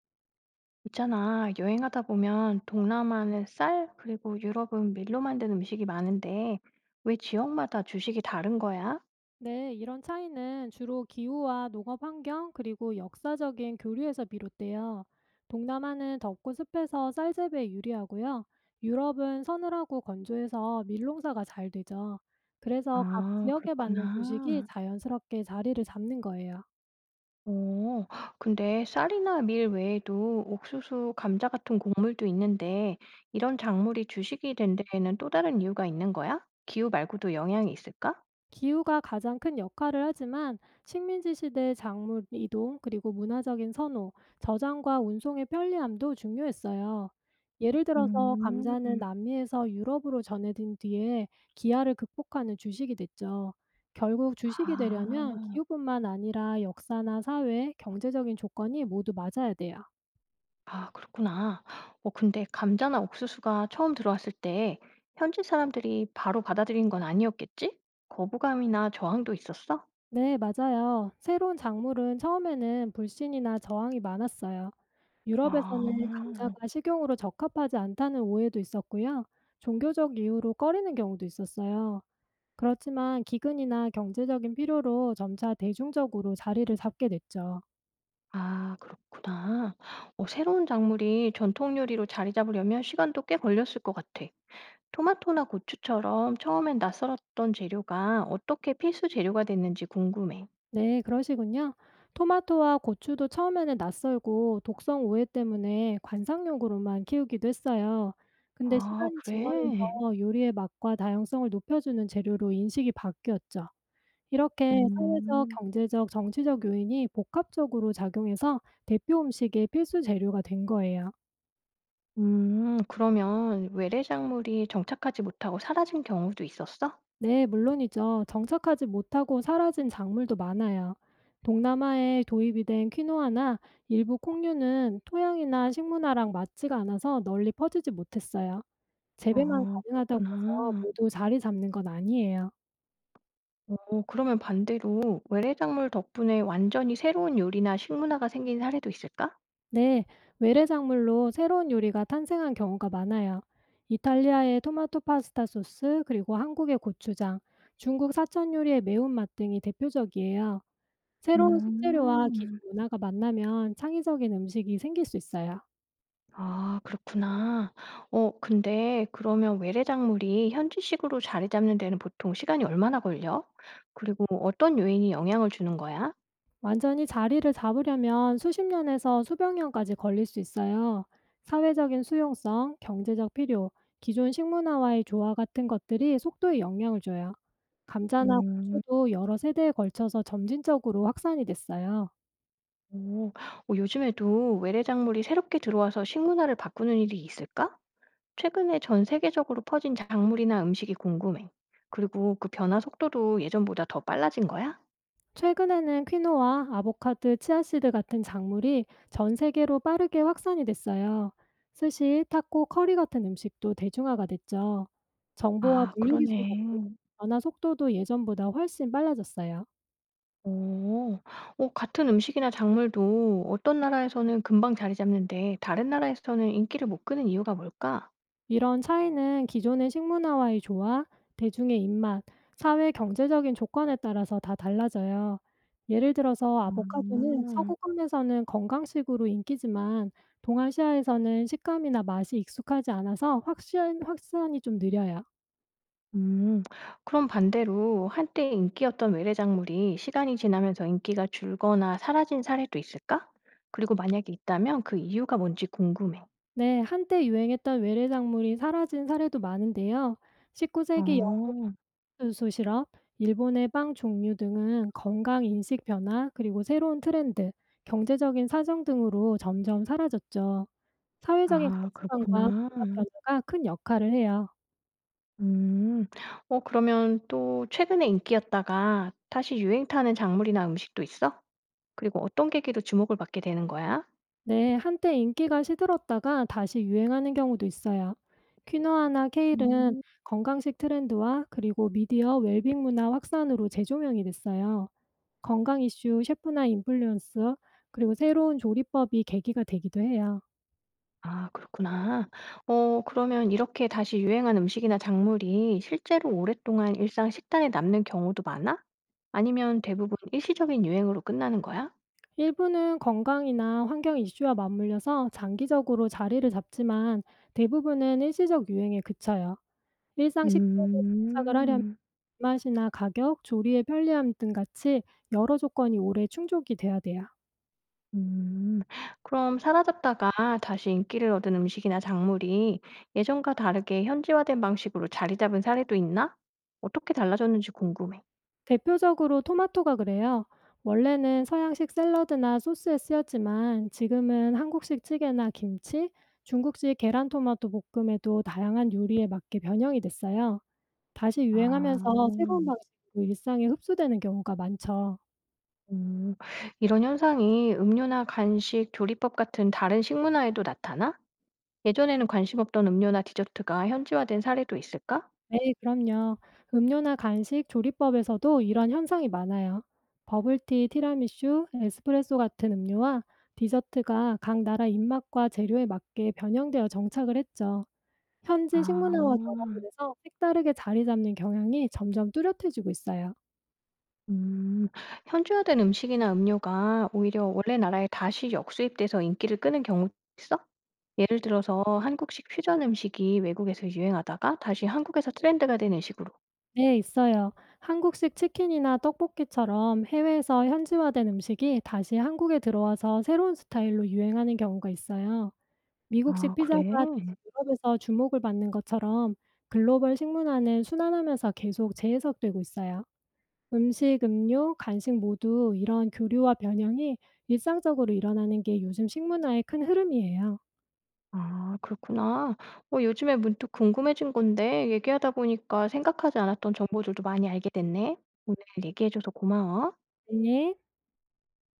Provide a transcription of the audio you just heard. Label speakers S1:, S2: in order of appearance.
S1: 있잖아, 여행하다 보면 동남아는 쌀, 그리고 유럽은 밀로 만든 음식이 많은데, 왜 지역마다 주식이 다른 거야?
S2: 네, 이런 차이는 주로 기후와 농업 환경 그리고 역사적인 교류에서 비롯돼요. 동남아는 덥고 습해서 쌀 재배에 유리하고요. 유럽은 서늘하고 건조해서 밀농사가 잘 되죠. 그래서 각
S1: 아,
S2: 지역에 맞는 주식이
S1: 그렇구나.
S2: 자연스럽게 자리를 잡는 거예요.
S1: 오, 근데 쌀이나 밀 외에도 옥수수, 감자 같은 곡물도 있는데, 이런 작물이 주식이 된 데에는 또 다른 이유가 있는 거야? 기후 말고도 영향이 있을까?
S2: 기후가 가장 큰 역할을 하지만 식민지 시대의 작물 이동 그리고 문화적인 선호, 저장과 운송의 편리함도 중요했어요. 예를 들어서 감자는
S1: 음,
S2: 남미에서 유럽으로 전해진 뒤에 기아를 극복하는 주식이 됐죠. 결국 주식이 되려면
S1: 아.
S2: 기후뿐만 아니라 역사나 사회, 경제적인 조건이 모두 맞아야 돼요.
S1: 아, 그렇구나. 어, 근데 감자나 옥수수가 처음 들어왔을 때 현지 사람들이 바로 받아들인 건 아니었겠지? 거부감이나 저항도 있었어?
S2: 네, 맞아요. 새로운 작물은 처음에는 불신이나 저항이 많았어요. 유럽에서는
S1: 아,
S2: 감자가 식용으로 적합하지 않다는 오해도 있었고요. 종교적 이유로 꺼리는 경우도 있었어요. 그렇지만 기근이나 경제적인 필요로 점차 대중적으로 자리를 잡게 됐죠.
S1: 아, 그렇구나. 어, 새로운 작물이 전통 요리로 자리 잡으려면 시간도 꽤 걸렸을 것 같아. 토마토나 고추처럼 처음엔 낯설었던 재료가 어떻게 필수 재료가 됐는지 궁금해.
S2: 네, 그러시군요. 토마토와 고추도 처음에는 낯설고 독성 오해 때문에 관상용으로만 키우기도 했어요. 근데
S1: 아,
S2: 시간이
S1: 그래?
S2: 지나면서 요리의 맛과 다양성을 높여주는 재료로 인식이 바뀌었죠. 이렇게 사회적,
S1: 음.
S2: 경제적, 정치적 요인이 복합적으로 작용해서 대표 음식의 필수 재료가 된 거예요.
S1: 그러면 외래작물이 정착하지 못하고 사라진 경우도 있었어?
S2: 네, 물론이죠. 정착하지 못하고 사라진 작물도 많아요. 동남아에 도입이 된 퀴노아나 일부 콩류는 토양이나 식문화랑 맞지가 않아서 널리 퍼지지 못했어요. 재배만
S1: 아
S2: 가능하다고 해서
S1: 그렇구나.
S2: 모두 자리 잡는 건 아니에요.
S1: 어 그러면 반대로 외래작물 덕분에 완전히 새로운 요리나 식문화가 생긴 사례도 있을까?
S2: 네, 외래작물로 새로운 요리가 탄생한 경우가 많아요. 이탈리아의 토마토 파스타 소스, 그리고 한국의 고추장, 중국 사천 요리의 매운맛 등이 대표적이에요. 새로운 식재료와 기존
S1: 음.
S2: 문화가 만나면 창의적인 음식이 생길 수 있어요.
S1: 아 그렇구나. 어 근데 그러면 외래작물이 현지식으로 자리 잡는 데는 보통 시간이 얼마나 걸려? 그리고 어떤 요인이 영향을 주는 거야?
S2: 완전히 자리를 잡으려면 수십 년에서 수백 년까지 걸릴 수 있어요. 사회적인 수용성, 경제적 필요, 기존 식문화와의 조화 같은 것들이 속도에 영향을 줘요. 감자나
S1: 음.
S2: 고추도 여러 세대에 걸쳐서 점진적으로 확산이 됐어요.
S1: 오, 어 요즘에도 외래 작물이 새롭게 들어와서 식문화를 바꾸는 일이 있을까? 최근에 전 세계적으로 퍼진 작물이나 음식이 궁금해. 그리고 그 변화 속도도 예전보다 더 빨라진 거야?
S2: 최근에는 퀴노아, 아보카도, 치아씨드 같은 작물이 전 세계로 빠르게 확산이 됐어요. 스시, 타코, 커리 같은 음식도 대중화가 됐죠. 정보와
S1: 아,
S2: 물류 기술
S1: 그러네.
S2: 덕분에 변화 속도도 예전보다 훨씬 빨라졌어요.
S1: 오, 어, 같은 음식이나 작물도 어떤 나라에서는 금방 자리 잡는데 다른 나라에서는 인기를 못 끄는 이유가 뭘까?
S2: 이런 차이는 기존의 식문화와의 조화, 대중의 입맛, 사회 경제적인 조건에 따라서 다 달라져요. 예를 들어서 아보카도는
S1: 아.
S2: 서구권에서는 건강식으로 인기지만 동아시아에서는 식감이나 맛이 익숙하지 않아서 확산이 좀 느려요.
S1: 음. 그럼 반대로 한때 인기였던 외래작물이 시간이 지나면서 인기가 줄거나 사라진 사례도 있을까? 그리고 만약에 있다면 그 이유가 뭔지 궁금해.
S2: 네, 한때 유행했던 외래작물이 사라진 사례도 많은데요. 19세기
S1: 어,
S2: 수시럽, 일본의 빵 종류 등은 건강 인식 변화, 그리고 새로운 트렌드, 경제적인 사정 등으로 점점 사라졌죠. 사회적인
S1: 아,
S2: 가치관과 문화
S1: 그렇구나.
S2: 변화가 큰 역할을 해요.
S1: 음. 어, 그러면 또 최근에 인기였다가 다시 유행 타는 작물이나 음식도 있어? 그리고 어떤 계기로 주목을 받게 되는 거야?
S2: 네, 한때 인기가 시들었다가 다시 유행하는 경우도 있어요. 퀴노아나 케일은
S1: 음.
S2: 건강식 트렌드와 그리고 미디어 웰빙 문화 확산으로 재조명이 됐어요. 건강 이슈, 셰프나 인플루언서, 그리고 새로운 조리법이 계기가 되기도 해요.
S1: 아 그렇구나. 어 그러면 이렇게 다시 유행한 음식이나 작물이 실제로 오랫동안 일상 식단에 남는 경우도 많아? 아니면 대부분 일시적인 유행으로 끝나는 거야?
S2: 일부는 건강이나 환경 이슈와 맞물려서 장기적으로 자리를 잡지만 대부분은 일시적 유행에 그쳐요. 일상 식단에 정착을 하려면
S1: 음.
S2: 입맛이나 가격, 조리의 편리함 등 같이 여러 조건이 오래 충족이 돼야 돼요.
S1: 음. 그럼 사라졌다가 다시 인기를 얻은 음식이나 작물이 예전과 다르게 현지화된 방식으로 자리 잡은 사례도 있나? 어떻게 달라졌는지 궁금해.
S2: 대표적으로 토마토가 그래요. 원래는 서양식 샐러드나 소스에 쓰였지만 지금은 한국식 찌개나 김치, 중국식 계란 토마토 볶음에도 다양한 요리에 맞게 변형이 됐어요. 다시 유행하면서 새로운
S1: 아.
S2: 방식으로 일상에 흡수되는 경우가 많죠.
S1: 음. 이런 현상이 음료나 간식, 조리법 같은 다른 식문화에도 나타나? 예전에는 관심 없던 음료나 디저트가 현지화된 사례도 있을까?
S2: 네, 그럼요. 음료나 간식 조리법에서도 이런 현상이 많아요. 버블티, 티라미슈, 에스프레소 같은 음료와 디저트가 각 나라 입맛과 재료에 맞게 변형되어 정착을 했죠. 현지 식문화와 결합을
S1: 아.
S2: 해서 색다르게 자리 잡는 경향이 점점 뚜렷해지고 있어요.
S1: 음. 현지화된 음식이나 음료가 오히려 원래 나라에 다시 역수입돼서 인기를 끄는 경우도 있어? 예를 들어서 한국식 퓨전 음식이 외국에서 유행하다가 다시 한국에서 트렌드가 되는 식으로.
S2: 네, 있어요. 한국식 치킨이나 떡볶이처럼 해외에서 현지화된 음식이 다시 한국에 들어와서 새로운 스타일로 유행하는 경우가 있어요. 미국식
S1: 아 그래?
S2: 피자가 다시 유럽에서 주목을 받는 것처럼 글로벌 식문화는 순환하면서 계속 재해석되고 있어요. 음식, 음료, 간식 모두 이런 교류와 변형이 일상적으로 일어나는 게 요즘 식문화의 큰 흐름이에요.
S1: 아 그렇구나. 어 요즘에 문득 궁금해진 건데 얘기하다 보니까 생각하지 않았던 정보들도 많이 알게 됐네. 오늘 얘기해 줘서 고마워.
S2: 네.